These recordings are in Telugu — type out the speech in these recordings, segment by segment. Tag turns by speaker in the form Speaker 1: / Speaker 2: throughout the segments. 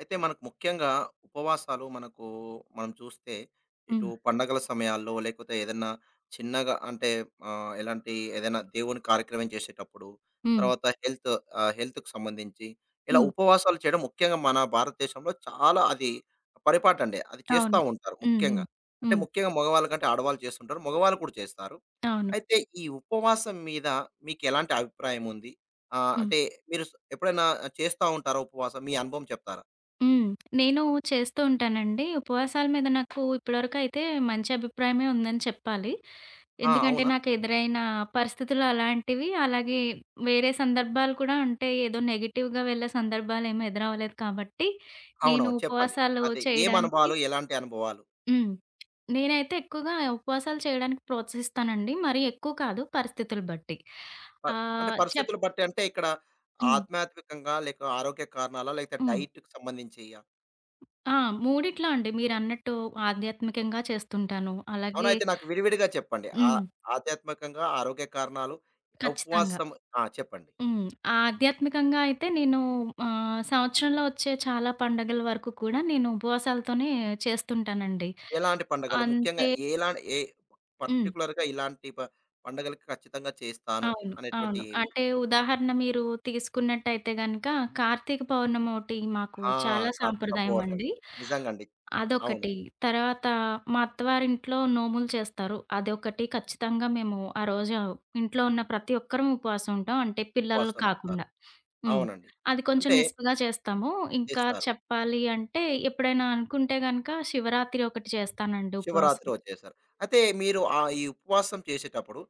Speaker 1: అయితే మనకు ముఖ్యంగా ఉపవాసాలు మనం చూస్తే ఇటు
Speaker 2: హ్మ్.
Speaker 1: పండగల సమయాల్లో లేకపోతే ఏదైనా చిన్నగా అంటే ఆ, ఎలాంటి ఏదైనా దేవుని కార్యక్రమం చేసేటప్పుడు
Speaker 2: హ్మ్.
Speaker 1: తర్వాత హెల్త్కి సంబంధించి ఇలా
Speaker 2: హ్మ్.
Speaker 1: ఉపవాసాలు చేయడం ముఖ్యంగా మన భారతదేశంలో చాలా అది పరిపాటు అండి, అది చేస్తూ
Speaker 2: అవును.
Speaker 1: ఉంటారు
Speaker 2: హ్మ్.
Speaker 1: ముఖ్యంగా.
Speaker 2: హ్మ్.
Speaker 1: అంటే
Speaker 2: హ్మ్.
Speaker 1: ముఖ్యంగా మగవాళ్ళ కంటే ఆడవాళ్ళు చేస్తుంటారు, మగవాళ్ళు కూడా చేస్తారు.
Speaker 2: అవును.
Speaker 1: అయితే ఈ ఉపవాసం మీద మీకు ఎలాంటి అభిప్రాయం ఉంది?
Speaker 2: హ్మ్.
Speaker 1: అంటే మీరు ఎప్పుడైనా చేస్తూ ఉంటారా ఉపవాసం? మీ అనుభవం చెప్తారా?
Speaker 2: హ్మ్. నేను చేస్తూ ఉంటానండి. ఉపవాసాల మీద నాకు ఇప్పటివరకైతే మంచి అభిప్రాయమే ఉందని చెప్పాలి.
Speaker 1: ఆ!
Speaker 2: ఎందుకంటే
Speaker 1: అవునా?
Speaker 2: నాకు ఎదురైన పరిస్థితులు అలాంటివి, అలాగే వేరే సందర్భాలు కూడా ఉంటాయి. ఏదో నెగెటివ్‌గా వెళ్ళే సందర్భాలేమి ఎదురవ్వలేదు కాబట్టి, నేను
Speaker 1: అవునవును, చెప్పండి.
Speaker 2: ఉపవాసాలు
Speaker 1: అదే ఏం
Speaker 2: చేయడానికి
Speaker 1: అనుభవాలు? ఎలాంటి అనుభవాలు?
Speaker 2: హ్మ్. నేనైతే ఎక్కువగా ఉపవాసాలు చేయడానికి ప్రోత్సహిస్తానండి. మరీ ఎక్కువ కాదు, పరిస్థితులు బట్టి.
Speaker 1: ప అంటే
Speaker 2: ఆహ్, చెప్
Speaker 1: పరిస్థితులు బట్టి అంటే ఇక్కడ
Speaker 2: హ్మ్.
Speaker 1: ఆధ్యాత్మికంగా లేక ఆరోగ్య కారణాలా? లేకపోతే
Speaker 2: హ్మ్.
Speaker 1: డైట్‌కి సంబంధించియా?
Speaker 2: ఆ! మూడిట్లో అండి. మీరన్నట్టు ఆధ్యాత్మికంగా చేస్తుంటాను.
Speaker 1: అవునా?
Speaker 2: అలాగే
Speaker 1: అయితే నాకు విడివిడిగా చెప్పండి. ఆ,
Speaker 2: హ్మ్.
Speaker 1: ఆధ్యాత్మికంగా, ఆరోగ్య కారణాలు,
Speaker 2: ఖచ్చితంగా.
Speaker 1: ఉపవాసం. ఆ! చెప్పండి.
Speaker 2: హ్మ్. ఆధ్యాత్మికంగా అయితే నేను సంవత్సరంలో వచ్చే చాలా పండగల వరకు కూడా నేను ఉపవాసాలతోనే చేస్తుంటానండి.
Speaker 1: ఎలాంటి పండగలు? ముఖ్యంగా
Speaker 2: అంటే
Speaker 1: ఎలా ఏ
Speaker 2: హ్మ్.
Speaker 1: పర్టిక్యులర్‌గా ఇలాంటి పండగలకి ఖచ్చితంగా చేస్తాను
Speaker 2: అవును.
Speaker 1: అనేటువంటి
Speaker 2: అవును.
Speaker 1: ఏవి?
Speaker 2: అంటే ఉదాహరణ మీరు తీసుకున్నట్టయితే గనక, కార్తీక పౌర్ణమోటి మాకు
Speaker 1: ఆ!
Speaker 2: చాలా
Speaker 1: కార్తీక పౌర్ణమి.
Speaker 2: సాంప్రదాయమండి.
Speaker 1: నిజంగండి. అవును.
Speaker 2: అదొకటి. తర్వాత మా అత్తవారింట్లో నోములు చేస్తారు. అదొకటి ఖచ్చితంగా. మేము ఆ రోజు ఇంట్లో ఉన్న ప్రతి ఒక్కరం ఉపవాసం ఉంటాం. అంటే పిల్లలు
Speaker 1: ఉపవాసం ఉంటారు.
Speaker 2: కాకుండా. హ్మ్.
Speaker 1: అవునండి.
Speaker 2: అది కొంచెం
Speaker 1: అంటే
Speaker 2: నిష్ఠగా చేస్తాము. ఇంకా
Speaker 1: చేస్తారు.
Speaker 2: చెప్పాలి అంటే, ఎప్పుడైనా అనుకుంటే గనక శివరాత్రి ఒకటి చేస్తానండి ఉపవాసం.
Speaker 1: శివరాత్రి వచ్చేసారు. అయితే మీరు ఈ ఉపవాసం చేసేటప్పుడు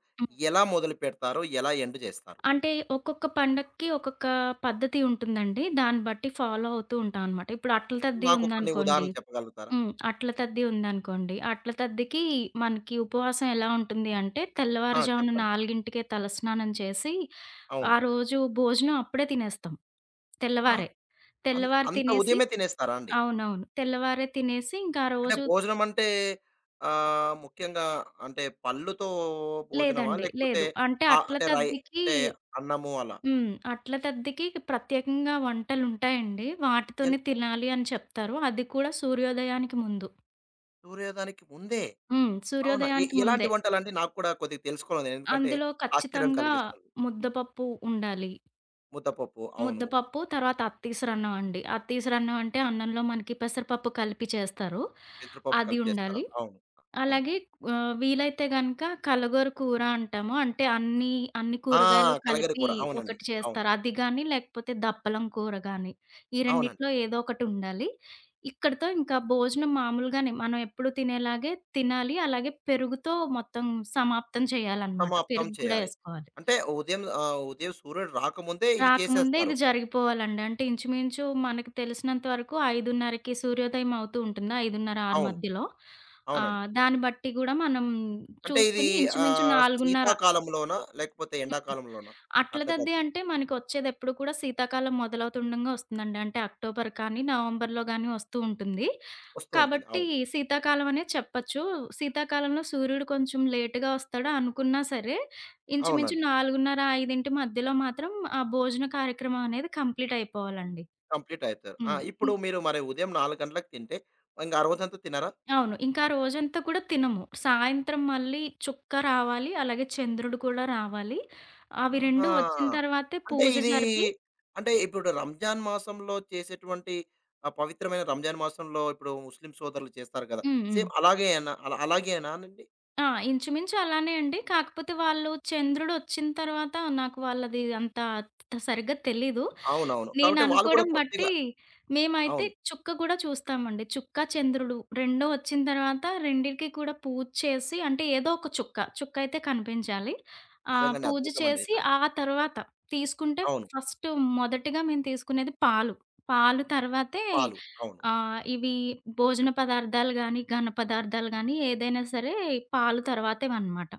Speaker 1: ఎలా మొదలు పెడతారు? ఎలా ఎండ్ చేస్తారు?
Speaker 2: అంటే ఒక్కొక్క పండక్కి ఒక్కొక్క పద్ధతి ఉంటుందండి. దాన్ని బట్టి ఫాలో అవుతూ ఉంటామనమాట. ఇప్పుడు అట్ల తద్ది
Speaker 1: నాకు కొన్ని
Speaker 2: ఉందనుకోండి.
Speaker 1: ఉదాహరణలు చెప్పగలుగుతారా?
Speaker 2: హ్మ్. అట్ల తద్ది ఉందనుకోండి. అట్ల తద్దికి మనకి ఉపవాసం ఎలా ఉంటుంది అంటే,
Speaker 1: ఆ!
Speaker 2: తెల్లవారుజామున
Speaker 1: చెప్పండి.
Speaker 2: 4కే తలస్నానం చేసి, ఆ
Speaker 1: అవును.
Speaker 2: రోజు భోజనం అప్పుడే తినేస్తాం.
Speaker 1: ఆ!
Speaker 2: తెల్లవారే. తెల్లవారి
Speaker 1: అంత
Speaker 2: తినేసి
Speaker 1: ఉదయమే తినేస్తారా అండి?
Speaker 2: అవునవును. తెల్లవారే తినేసి ఇంకా ఆ
Speaker 1: అంటే
Speaker 2: రోజు
Speaker 1: భోజనం అంటే, ముఖ్యంగా అంటే పళ్ళుతో భోజనమా?
Speaker 2: లేదండి.
Speaker 1: లేకపోతే
Speaker 2: లేదు. అంటే
Speaker 1: ఆహ్,
Speaker 2: అట్ల
Speaker 1: అంటే రై
Speaker 2: తద్దికి
Speaker 1: అంటే అన్నము అలా.
Speaker 2: హ్మ్. అట్ల తద్దికి ప్రత్యేకంగా వంటలుంటాయండి.
Speaker 1: ఎల్
Speaker 2: వాటితోనే తినాలి అని చెప్తారు. అది కూడా సూర్యోదయానికి ముందు.
Speaker 1: సూర్యోదయానికి ముందే.
Speaker 2: హ్మ్.
Speaker 1: అవునా?
Speaker 2: సూర్యోదయానికి
Speaker 1: ఎలాంటి
Speaker 2: ముందే.
Speaker 1: వంటలండి? నాకు కూడా కొద్దిగా తెలుసుకోవాలి. ఎందుకంటే
Speaker 2: అందులో
Speaker 1: ఆశ్చర్యం
Speaker 2: ఖచ్చితంగా
Speaker 1: కలిగిస్తుంది.
Speaker 2: ముద్దపప్పు ఉండాలి.
Speaker 1: ముద్దపప్పు, అవును.
Speaker 2: ముద్దపప్పు, తర్వాత అత్తీసరన్నం అండి. అత్తీసరన్నం అంటే అన్నంలో మనకి పెసరపప్పు కలిపి చేస్తారు.
Speaker 1: పెసరపప్పు
Speaker 2: అది
Speaker 1: కలిపి చేస్తారు.
Speaker 2: ఉండాలి.
Speaker 1: అవును. అవును.
Speaker 2: అలాగే వీలైతే గనక కలగూర కూర అంటాము. అంటే అన్ని, అన్ని
Speaker 1: ఆ!
Speaker 2: కూరగాయలు
Speaker 1: కలగర
Speaker 2: కలిపి
Speaker 1: కూర, అవునండి.
Speaker 2: ఒకటి
Speaker 1: అవును.
Speaker 2: చేస్తారు. అది గాని, లేకపోతే దప్పలం కూర గాని, ఈ
Speaker 1: అవునండి.
Speaker 2: రెండిట్లో ఏదో ఒకటి ఉండాలి. ఇక్కడితో ఇంకా భోజనం మామూలుగానే మనం ఎప్పుడు తినేలాగే తినాలి. అలాగే పెరుగుతో మొత్తం సమాప్తం చేయాలనమాట.
Speaker 1: సమాప్తం
Speaker 2: పెరుగు కూడా
Speaker 1: చేయాలి.
Speaker 2: ఏసుకోవాలి.
Speaker 1: అంటే ఉదయం, ఉదయం సూర్యుడు రాకముందే ఇది
Speaker 2: రాకముందే
Speaker 1: చేసేస్తారు.
Speaker 2: ఇది జరిగిపోవాలండి. అంటే ఇంచుమించు మనకు తెలిసినంత వరకు 5:30కి సూర్యోదయం అవుతూ ఉంటుంది. 5:30, 6
Speaker 1: అవును.
Speaker 2: మధ్యలో.
Speaker 1: అవునండి.
Speaker 2: దాన్ని బట్టి గూడా మనం
Speaker 1: అంటే ఇది
Speaker 2: చూసుకొని ఇంచుమించు 4:30.
Speaker 1: శీతాకాలంలోనా? లేకపోతే ఎండాకాలంలోనా?
Speaker 2: అట్ల
Speaker 1: అట్లా
Speaker 2: దద్ది
Speaker 1: తప్పి
Speaker 2: అంటే మనకొచ్చేదెప్పుడు కూడా శీతాకాలం మొదలవుతుండంగా వస్తుందండి. అంటే అక్టోబర్ కానీ, నవంబర్‌లో గానీ వస్తూ ఉంటుంది.
Speaker 1: వస్తూ ఉంటుంది.
Speaker 2: కాబట్టి
Speaker 1: అవును.
Speaker 2: శీతాకాలం అనే చెప్పచ్చు. శీతాకాలంలో సూర్యుడు కొంచెం లేట్‌గా వస్తాడు అనుకున్నా సరే, ఇంచుమించు
Speaker 1: అవునండి.
Speaker 2: 4:30, 5 మధ్యలో మాత్రం ఆ భోజన కార్యక్రమం అనేది కంప్లీట్ అయిపోవాలండి.
Speaker 1: కంప్లీట్ అయితారు. ఆ!
Speaker 2: హ్మ్.
Speaker 1: ఇప్పుడు
Speaker 2: హ్మ్.
Speaker 1: మీరు మరి ఉదయం 4 గంటలకు తింటే, ఇంక ఆ రోజంతా తినరా?
Speaker 2: అవును. ఇంకా రోజంతా కూడా తినము. సాయంత్రం మళ్ళీ చుక్క రావాలి, అలాగే చంద్రుడు కూడా రావాలి. అవి 2
Speaker 1: ఆహా!
Speaker 2: వచ్చిన తర్వాతే
Speaker 1: అంటే
Speaker 2: పూజ
Speaker 1: ఇది,
Speaker 2: జరిపి
Speaker 1: అంటే ఇప్పుడు రంజాన్ మాసంలో చేసేటువంటి ఆ పవిత్రమైన రంజాన్ మాసంలో ఇప్పుడు ముస్లిం సోదరులు చేస్తారు కదా!
Speaker 2: హ్మ్. హ్మ్.
Speaker 1: సేమ్ అలాగేనా, అలాగేనానండి?
Speaker 2: ఆ! ఇంచుమించు అలానే అండి. కాకపోతే వాళ్ళు చంద్రుడొచ్చిన తర్వాత, నాకు వాళ్ళది అంత సరిగ్గా తెలీదు.
Speaker 1: అవునవును. కాబట్టి వాళ్ళు కూడా
Speaker 2: నేననుకోవడం
Speaker 1: కొద్దిగా
Speaker 2: బట్టి మేమైతే
Speaker 1: అవును.
Speaker 2: చుక్క కూడా చూస్తామండి. చుక్క, చంద్రుడు 2 వచ్చిన తర్వాత రెండిటికి కూడా పూజ చేసి. అంటే ఏదో ఒక చుక్క, చుక్క అయితే కనిపించాలి.
Speaker 1: నిజంగానే
Speaker 2: పూజ
Speaker 1: అద్భుతమండి
Speaker 2: చేసి
Speaker 1: నిజంగా.
Speaker 2: ఆ తర్వాత తీసుకుంటే,
Speaker 1: అవును.
Speaker 2: ఫస్ట్ మొదటిగా మేము తీసుకునేది పాలు. పాలు తర్వాతే
Speaker 1: పాలు. అవును.
Speaker 2: ఇవి భోజన పదార్థాలు గానీ, ఘన పదార్థాలు గానీ ఏదైనా సరే పాలు తర్వాతేవనమాట.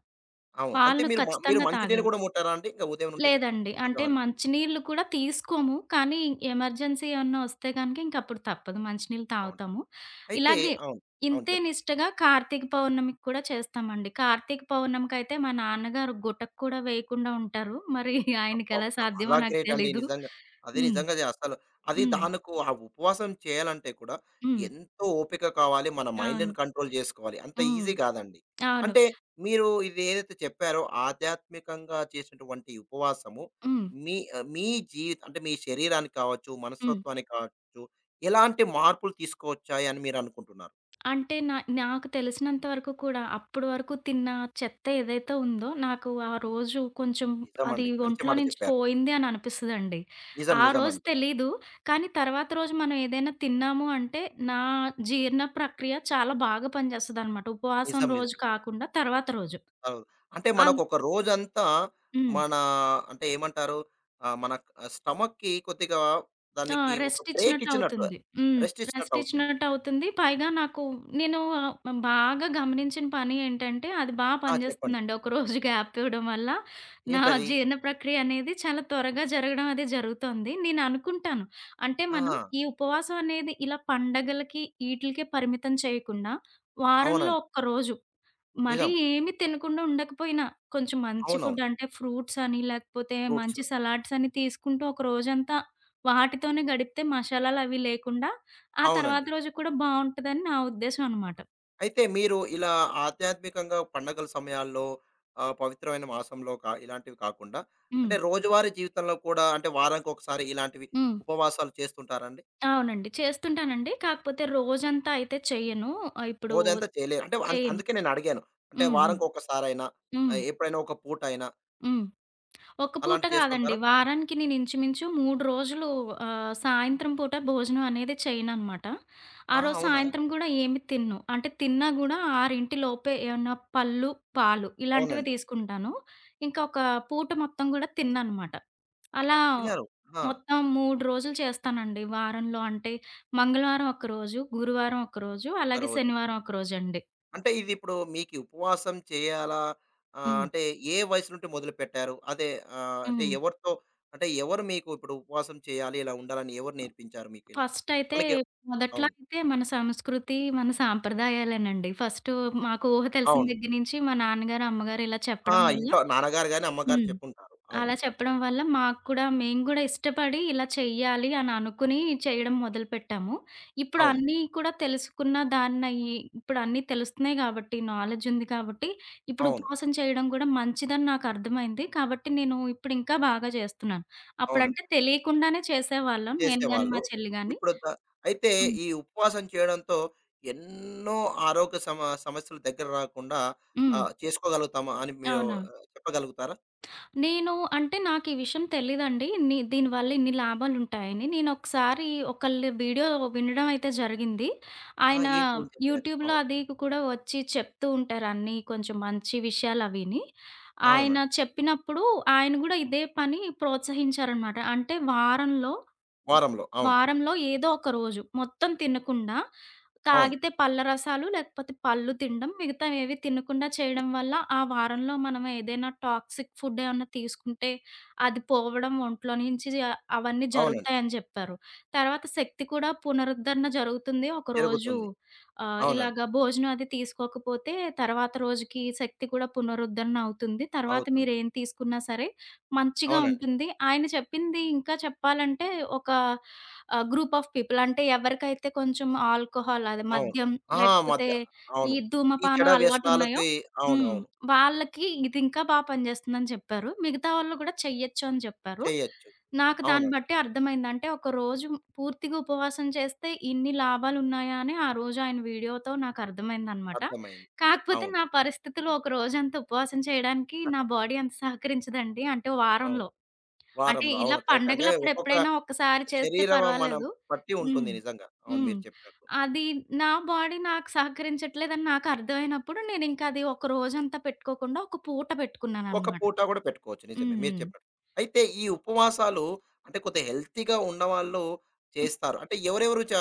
Speaker 1: అవును. అంటే
Speaker 2: పాలు
Speaker 1: మీరు
Speaker 2: ఖచ్చితంగా
Speaker 1: మంచినీళ్ళు
Speaker 2: తాగాలి.
Speaker 1: కూడా ముట్టారా అండి? ఇంక ఉదయం నుండి
Speaker 2: లేదండి.
Speaker 1: సాయంత్రం
Speaker 2: అంటే
Speaker 1: వరకు.
Speaker 2: మంచినీళ్ళు కూడా తీసుకోము. కానీ ఎమర్జెన్సీ ఏమన్నా వస్తే గనక ఇంకప్పుడు తప్పదు, మంచినీళ్ళు
Speaker 1: అవును.
Speaker 2: తాగుతాము.
Speaker 1: అయితే
Speaker 2: ఇలాగే
Speaker 1: అవును. అవును.
Speaker 2: ఇంతే
Speaker 1: చెప్పండి.
Speaker 2: నిష్టగా కార్తీక పౌర్ణమికి కూడా చేస్తామండి. కార్తీక పౌర్ణమికైతే మా నాన్నగారు గుటక కూడా వేయకుండా ఉంటారు. మరి ఆయనకెలా
Speaker 1: అబ్బబ్బా! చాలా
Speaker 2: సాధ్యమో నాకు
Speaker 1: గ్రేట్ అండి
Speaker 2: తెలీదు.
Speaker 1: నిజంగా. అది
Speaker 2: హ్మ్.
Speaker 1: నిజంగా అసలు అది
Speaker 2: హ్మ్.
Speaker 1: ఆ ఉపవాసం చేయాలంటే కూడా
Speaker 2: హ్మ్.
Speaker 1: ఎంతో ఓపిక కావాలి. మన మైండ్‌ని
Speaker 2: అవును.
Speaker 1: కంట్రోల్ చేసుకోవాలి. అంత
Speaker 2: హ్మ్.
Speaker 1: ఈజీ కాదండి.
Speaker 2: అవును.
Speaker 1: అంటే మీరు ఇది ఏదైతే చెప్పారో, ఆధ్యాత్మికంగా చేసినటువంటి ఉపవాసము
Speaker 2: హ్మ్.
Speaker 1: మీ, మీ జీవి అంటే మీ శరీరానికి కావచ్చు,
Speaker 2: హ్మ్.
Speaker 1: మనస్తత్వానికి కావచ్చు, ఎలాంటి మార్పులు తీసుకొచ్చాయి అని మీరు అనుకుంటున్నారు?
Speaker 2: అంటే నాకు తెలిసినంత వరకు కూడా అప్పటి వరకు తిన్న చెత్త ఏదైతే ఉందో, నాకు ఆ రోజు కొంచెం అది
Speaker 1: నిజమండి, మంచి
Speaker 2: ఒంట్లో
Speaker 1: మాట
Speaker 2: నుంచి
Speaker 1: చెప్పారు.
Speaker 2: పోయింది అని అనిపిస్తదండి.
Speaker 1: నిజం,
Speaker 2: ఆ రోజు
Speaker 1: నిజమండి.
Speaker 2: తెలీదు. కానీ తర్వాత రోజు మనం ఏదైనా తిన్నాము అంటే, నా జీర్ణ ప్రక్రియ చాలా బాగా పనిచేస్తదనమాట. ఉపవాసం
Speaker 1: నిజం, నిజం.
Speaker 2: రోజు కాకుండా తర్వాత రోజు.
Speaker 1: అవును. అంటే
Speaker 2: అన్
Speaker 1: మనకొక రోజంతా
Speaker 2: హ్మ్.
Speaker 1: మన, అంటే ఏమంటారు? మన స్టమక్‌కి కొద్దిగా,
Speaker 2: ఆ!
Speaker 1: దానికి ఒక
Speaker 2: రెస్ట్
Speaker 1: బ్రేక్
Speaker 2: ఇచ్చినట్టు
Speaker 1: ఇచ్చినట్టు,
Speaker 2: అవుతుంది. హ్మ్.
Speaker 1: రెస్ట్ ఇచ్చినట్టు
Speaker 2: రెస్ట్
Speaker 1: అవుతుంది.
Speaker 2: ఇచ్చినట్టు అవుతుంది. పైగా నేను బాగా గమనించిన పని ఏంటంటే, అది
Speaker 1: ఆ! చెప్పండి.
Speaker 2: పనిచేస్తుందండి. ఒక రోజు గ్యాప్ ఇవ్వడం వల్ల నా
Speaker 1: ఏంటది?
Speaker 2: జీర్ణ ప్రక్రియ అనేది చాలా త్వరగా జరగడం, అది జరుగుతోంది. నేను అనుకుంటాను. అంటే మనం
Speaker 1: ఆ!
Speaker 2: ఈ ఉపవాసం అనేది ఇలా పండగలకి, ఈట్లికే పరిమితం చేయకుండా, వారంలో
Speaker 1: అవునండి.
Speaker 2: ఒక్కరోజు మరీ
Speaker 1: నిజం.
Speaker 2: ఏమి తినకుండా ఉండకపోయినా, కొంచెం మంచి ఫుడ్
Speaker 1: అవునవును.
Speaker 2: అంటే ఫ్రూట్స్ అని, లేకపోతే
Speaker 1: ఫ్రూట్స్.
Speaker 2: మంచి సలాడ్స్ అని తీసుకుంటూ ఒక రోజంతా వాటితోనే గడిపితే మసాలాలవి లేకుండా, ఆ తర్వాత
Speaker 1: అవునండి.
Speaker 2: రోజు కూడా బావుంటదని నా ఉద్దేశం అనమాట.
Speaker 1: అవును. అయితే మీరు ఇలా ఆధ్యాత్మికంగా పండగల సమయాల్లో, పవిత్రమైన మాసంలో ఇలాంటివి కాకుండా
Speaker 2: హ్మ్.
Speaker 1: అంటే రోజువారీ జీవితంలో కూడా అంటే వారానికొకసారి ఇలాంటివి
Speaker 2: హ్మ్.
Speaker 1: ఉపవాసాలు చేస్తుంటారండి?
Speaker 2: అవునండి. చేస్తుంటానండి. కాకపోతే రోజంతా అయితే చెయ్యను. ఆహ్, ఇప్పుడు
Speaker 1: రోజంతా చేయలేరు. అంటే
Speaker 2: చెయ్యను.
Speaker 1: అందుకే నేనడిగాను. అంటే
Speaker 2: హ్మ్. హ్మ్.
Speaker 1: వారానికొకసారైనా
Speaker 2: హ్మ్.
Speaker 1: ఎప్పుడైనా ఒక పూటైనా
Speaker 2: హ్మ్. ఒక్క పూట
Speaker 1: అలాంటివి
Speaker 2: కాదండి.
Speaker 1: చేస్తుంటారా?
Speaker 2: వారానికి నేను ఇంచుమించు 3 రోజులు సాయంత్రం పూట భోజనం అనేది చేయననమాట. ఆ
Speaker 1: ఆ!
Speaker 2: రోజు
Speaker 1: అవునా?
Speaker 2: సాయంత్రం గూడా ఏమి తినను. అంటే తిన్నా గూడా 6 లోపే ఏమన్నా పళ్ళు, పాలు ఇలాంటివే
Speaker 1: అవునండి.
Speaker 2: తీసుకుంటాను. ఇంకా ఒక పూట మొత్తం గూడా తినననమాట. అలా
Speaker 1: తినారు. ఆ!
Speaker 2: మొత్తం 3 రోజులు చేస్తానండి వారంలో. అంటే మంగళవారం ఒకరోజు, గురువారం ఒకరోజు, అలాగే
Speaker 1: ఒకరోజు.
Speaker 2: శనివారం ఒకరోజండి.
Speaker 1: అంటే ఇదిప్పుడు మీకి ఉపవాసం చేయాలా
Speaker 2: హ్మ్.
Speaker 1: అంటే ఏ వయసు నుండి మొదలుపెట్టారు? అదే అంటే
Speaker 2: హ్మ్.
Speaker 1: ఎవరితో అంటే ఎవరు మీకు ఇప్పుడు ఉపవాసం చేయాలి, ఇలా ఉండాలని ఎవరు నేర్పించారు మీకిలా?
Speaker 2: ఫస్ట్ అయితే
Speaker 1: మనకి
Speaker 2: మొదట్లో
Speaker 1: అవును.
Speaker 2: అయితే మన సంస్కృతి, మన సాంప్రదాయాలేనండి. ఫస్ట్ మాకు ఊహ తెలిసిన
Speaker 1: అవును.
Speaker 2: దగ్గర నుంచి మా నాన్నగారు, అమ్మగారు ఇలా
Speaker 1: ఆ!
Speaker 2: చెప్పడం వల్ల
Speaker 1: ఇంట్లో నాన్నగారు గాని, అమ్మగారు
Speaker 2: హ్మ్.
Speaker 1: చెప్పుంటారు. అవును.
Speaker 2: అలా చెప్పడం వల్ల మాకు కూడా, మేము కూడా ఇష్టపడి ఇలా చెయ్యాలి అని అనుకుని చేయడం మొదలుపెట్టాము. ఇప్పుడు
Speaker 1: అవును.
Speaker 2: అన్నీ కూడా తెలుసుకున్న దాన్నయ్యి, ఇప్పుడు అన్నీ తెలుస్తున్నాయి కాబట్టి, నాలెడ్జ్ ఉంది కాబట్టి, ఇప్పుడు
Speaker 1: అవును.
Speaker 2: ఉపవాసం చేయడం కూడా మంచిదని నాకు అర్థమైంది. కాబట్టి నేను ఇప్పుడు ఇంకా బాగా చేస్తున్నాను.
Speaker 1: అవునండి.
Speaker 2: అప్పుడంటే తెలియకుండానే చేసేవాళ్ళం, నేను గాని,
Speaker 1: చేసేవాళ్ళు.
Speaker 2: మా చెల్లి గాని.
Speaker 1: ఇప్పుడు ద అయితే ఈ ఉపవాసం చేయడంతో ఎన్నో ఆరోగ్య సమస్యలు దగ్గర రాకుండా,
Speaker 2: హ్మ్.
Speaker 1: చేసుకోగలుగుతాము అని మీరు,
Speaker 2: అవునా!
Speaker 1: చెప్పగలుగుతారా?
Speaker 2: నేను అంటే నాకీ విషయం తెలీదండి. దీనివల్ల ఇన్ని లాభాలుంటాయని. నేనొకసారి ఒకళ్ళ వీడియో వినడం అయితే జరిగింది.
Speaker 1: ఆ!
Speaker 2: ఆయన
Speaker 1: ఏంటి ఏం చెప్పారు?
Speaker 2: యూట్యూబ్‌లో
Speaker 1: అవును.
Speaker 2: అది కూడా వచ్చి చెప్తూ ఉంటారు అన్నీ కొంచెం మంచి విషయాలవిని. ఆయన
Speaker 1: అవునండి.
Speaker 2: చెప్పినప్పుడు ఆయన గూడా ఇదే పని ప్రోత్సహించారనమాట. అంటే వారంలో
Speaker 1: వారంలో. అవును.
Speaker 2: వారంలో ఏదో ఒక రోజు మొత్తం తినకుండా,
Speaker 1: అవును.
Speaker 2: తాగితే పళ్ళ రసాలు, లేకపోతే పళ్ళు తినడం. మిగతావేవి తినకుండా చేయడం వల్ల, ఆ వారంలో మనం ఏదైనా టాక్సిక్ ఫుడ్ ఏమన్నా తీసుకుంటే, అది పోవడం ఒంట్లో నుంచి అవన్నీ
Speaker 1: అవునండి.
Speaker 2: జరుగుతాయని జెప్పారు. తర్వాత శక్తి కూడా పునరుద్ధరణ జరుగుతుంది. ఒకరోజు
Speaker 1: జరుగుతుంది. అవునండి.
Speaker 2: ఇలాగ భోజనం అది తీసుకోకపోతే, తర్వాత రోజుకి శక్తి కూడా పునరుద్ధరణ అవుతుంది. తర్వాత
Speaker 1: అవుతుంది.
Speaker 2: మీరేం తీసుకున్నా సరే మంచిగా
Speaker 1: అవునండి.
Speaker 2: ఉంటుంది. ఆయన చెప్పింది ఇంకా చెప్పాలంటే, ఒక గ్రూప్ ఆఫ్ పీపుల్ అంటే ఎవరికైతే కొంచెం ఆల్కహాల్ అదే
Speaker 1: అవును.
Speaker 2: మద్యం,
Speaker 1: ఆ!
Speaker 2: లేకపోతే
Speaker 1: మధ్య, అవును.
Speaker 2: ఈ
Speaker 1: ఈ చెడ
Speaker 2: ధూమపానం అలవాటున్నాయో
Speaker 1: వ్యసనాలకి, అవును.
Speaker 2: హ్మ్.
Speaker 1: అవును.
Speaker 2: వాళ్ళకి ఇది ఇంకా పనిజేస్తుందని చెప్పారు. మిగతా వాళ్ళు గూడా చెయ్యొచ్చు అని చెప్పారు.
Speaker 1: చేయొచ్చు.
Speaker 2: నాకు దాన్ని
Speaker 1: అవునండి.
Speaker 2: బట్టి అర్థమైంది. అంటే ఒక రోజు పూర్తిగా ఉపవాసం చేస్తే ఇన్ని లాభాలున్నాయా అని ఆ రోజు ఆయన వీడియోతో నాకు అర్థమైందనమాట.
Speaker 1: అర్థమైంది.
Speaker 2: కాకపోతే
Speaker 1: అవును.
Speaker 2: నా పరిస్థితిలో ఒక రోజంతా ఉపవాసం చేయడానికి నా బాడీ అంత సహకరించదండి. అంటే
Speaker 1: అవును.
Speaker 2: వారంలో. అంటే
Speaker 1: వారంలో.
Speaker 2: ఇలా
Speaker 1: అవును. కరెక్ట్. అంటే
Speaker 2: పండగలప్పుడు
Speaker 1: ఒక్కొక్క
Speaker 2: ఎప్పుడైనా ఒక్కసారి చేస్తే
Speaker 1: శరీరం మనం
Speaker 2: పర్వాలేదు.
Speaker 1: పట్టి ఉంటుంది
Speaker 2: హ్మ్.
Speaker 1: నిజంగా. అవును
Speaker 2: హ్మ్.
Speaker 1: మీరు చెప్పినట్టు.
Speaker 2: అది, నా బాడీ నాకు సహకరించట్లేదని నాకు అర్థమైనప్పుడు నేనింకా అది ఒక రోజంతా పెట్టుకోకుండా ఒక పూట
Speaker 1: ఒక
Speaker 2: పెట్టుకున్నాననమాట.
Speaker 1: పూట కూడా పెట్టుకోవచ్చు నిజమే
Speaker 2: హ్మ్.
Speaker 1: మీరు
Speaker 2: హ్మ్.
Speaker 1: చెప్పినట్టు. అయితే ఈ ఉపవాసాలు అంటే కొద్దిగా హెల్తీగా ఉన్నవాళ్ళు
Speaker 2: హ్మ్.
Speaker 1: చేస్తారు. అంటే ఎవరెవరు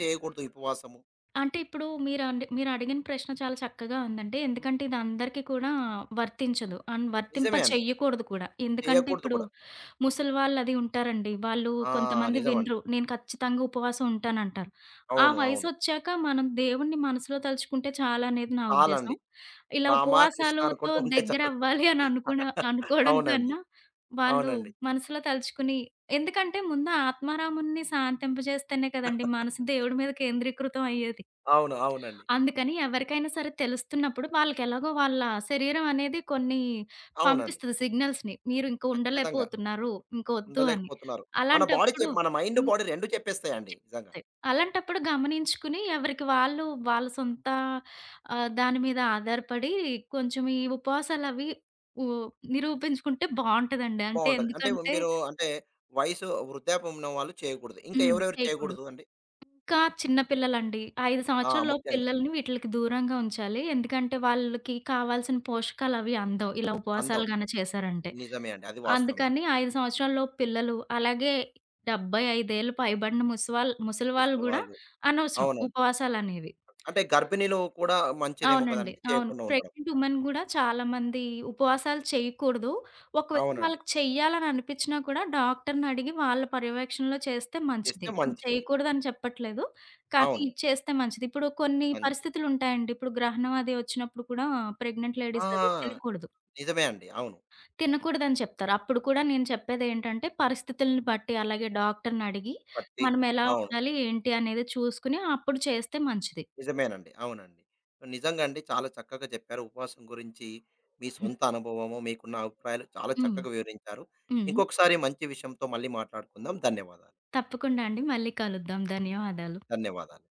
Speaker 1: చేయకూడదు ఈ ఉపవాసము?
Speaker 2: అంటే ఇప్పుడు మీరండి, మీరడిగిన ప్రశ్న చాలా చక్కగా ఉందండి. ఎందుకంటే ఇది అందరికీ కూడా వర్తించదు. అండ్ వర్తింప
Speaker 1: నిజమే అండి.
Speaker 2: చెయ్యకూడదు కూడా. ఎందుకంటే
Speaker 1: చేయకూడదు
Speaker 2: ఇప్పుడు
Speaker 1: కూడా.
Speaker 2: ముసలి వాళ్ళది ఉంటారండి. వాళ్ళు
Speaker 1: ఆ!
Speaker 2: కొంతమంది
Speaker 1: నిజమండి.
Speaker 2: వినరు. నేను ఖచ్చితంగా ఉపవాసం ఉంటానంటారు. ఆ
Speaker 1: అవును. అవును.
Speaker 2: వయసొచ్చాక మనం దేవుడిని మనసులో తలుచుకుంటే చాలనేది నా ఉద్దేశం.
Speaker 1: చాలండి.
Speaker 2: ఇలా
Speaker 1: రామ, కృష్ణ
Speaker 2: ఉపవాసాలతో
Speaker 1: అనుకుంటూ ఉంటే చాలు.
Speaker 2: దగ్గరవ్వాలి అని అనుకోవడం
Speaker 1: అవునండి.
Speaker 2: కన్నా, వాళ్ళు
Speaker 1: అవునండి.
Speaker 2: మనసులో తలుచుకుని, ఎందుకంటే ముందు ఆత్మారాముడిని శాంతింపజేస్తేనే కదండీ మనసు దేవుడి మీద కేంద్రీకృతం అయ్యేది.
Speaker 1: అవును. అవునండి.
Speaker 2: అందుకని ఎవరికైనా సరే తెలుస్తున్నప్పుడు వాళ్ళకెలాగో, వాళ్ళ శరీరం అనేది కొన్ని
Speaker 1: అవునండి.
Speaker 2: పంపిస్తది సిగ్నల్స్‌ని. మీరు ఇంక
Speaker 1: ఖచ్చితంగా.
Speaker 2: ఉండలేకపోతున్నారు, ఇంక ఒద్దు అని.
Speaker 1: ఉండలేకపోతున్నారు. మన బాడీ
Speaker 2: అలాంటప్పుడు
Speaker 1: మన మైండ్,
Speaker 2: హ్మ్.
Speaker 1: బాడీ 2 చెప్పేస్తాయండి నిజంగా.
Speaker 2: అంతే. అలాంటప్పుడు గమనించుకుని ఎవరికి వాళ్ళు వాళ్ళ సొంత దాని మీద ఆధారపడి కొంచెం ఈ ఉపవాసాలవి ఉ నిరూపించుకుంటే బావుంటదండి. అంటే
Speaker 1: బావుంటది. అంటే
Speaker 2: ఎందుకంటే
Speaker 1: మీరు అంటే వయసు వృద్ధాప్యం ఉన్న వాళ్ళు చేయకూడదు. ఇంకా
Speaker 2: హ్మ్.
Speaker 1: ఎవరెవరు
Speaker 2: చేయకూడదు.
Speaker 1: చేయకూడదు అండి?
Speaker 2: ఇంకా చిన్న పిల్లలండి. 5
Speaker 1: ఆ!
Speaker 2: సంవత్సరాల లోపు
Speaker 1: ముఖ్యంగా
Speaker 2: పిల్లల్ని వీటిలకి దూరంగా ఉంచాలి. ఎందుకంటే వాళ్ళకి కావాల్సిన పోషకాలవి అందవు, ఇలా ఉపవాసాలు
Speaker 1: అందవు.
Speaker 2: గాని చేశారంటే.
Speaker 1: నిజమే అండి. అది వాస్తవమే.
Speaker 2: అందుకని 5 సంవత్సరాల లోపు పిల్లలు, అలాగే 75 ఏళ్ళు పైబడిన ముసలివాళ్ళు
Speaker 1: ముసలి
Speaker 2: గూడా
Speaker 1: వాళ్ళు
Speaker 2: అనవసరం
Speaker 1: అవునండి.
Speaker 2: ఉపవాసాలనేవి.
Speaker 1: అంటే గర్భిణీలు కూడా మంచిదేమో
Speaker 2: అవునండి.
Speaker 1: కదండీ!
Speaker 2: అవును.
Speaker 1: చేయకుండా ఉండడం.
Speaker 2: ప్రెగ్నెంట్ ఉమెన్ గూడా చాలామంది ఉపవాసాలు చేయకూడదు. ఒకవేళ
Speaker 1: అవునండి.
Speaker 2: వాళ్ళకి చెయ్యాలని అనిపిచ్చినా కూడా, డాక్టర్‌నడిగి వాళ్ళ పర్యవేక్షణలో చేస్తే
Speaker 1: చేస్తే
Speaker 2: మంచిది.
Speaker 1: మంచిది.
Speaker 2: చేయకూడదని చెప్పట్లేదు.
Speaker 1: అవును.
Speaker 2: కానీ చేస్తే మంచిది. ఇప్పుడు కొన్ని
Speaker 1: మంచిది.
Speaker 2: పరిస్థితులుంటాయండి. ఇప్పుడు గ్రహణం అది వచ్చినప్పుడు కూడా ప్రెగ్నెంట్
Speaker 1: ఆ!
Speaker 2: లేడీస్ అది తినకూడదు.
Speaker 1: నిజమే అండి. అవును.
Speaker 2: తినకూడదని చెప్తారు. అప్పుడు కూడా నేను చెప్పేదేంటంటే పరిస్థితులను బట్టి, అలాగే డాక్టర్‌నడిగి
Speaker 1: పట్టి
Speaker 2: మనమెలా
Speaker 1: అవును.
Speaker 2: ఉండాలి, ఏంటి అనేది చూసుకొని అప్పుడు చేస్తే మంచిది.
Speaker 1: నిజమేనండి. అవునండి. నిజంగా అండి చాలా చక్కగా చెప్పారు ఉపవాసం గురించి. మీ సొంత అనుభవము, మీకున్న అభిప్రాయాలు చాలా
Speaker 2: హ్మ్.
Speaker 1: చక్కగా వివరించారు.
Speaker 2: హ్మ్.
Speaker 1: ఇంకొకసారి మంచి విషయంతో మళ్ళీ మాట్లాడుకుందాం. ధన్యవాదాలు.
Speaker 2: తప్పకుండా అండి. మళ్ళీ కలుద్దాం. ధన్యవాదాలు.
Speaker 1: ధన్యవాదాలు.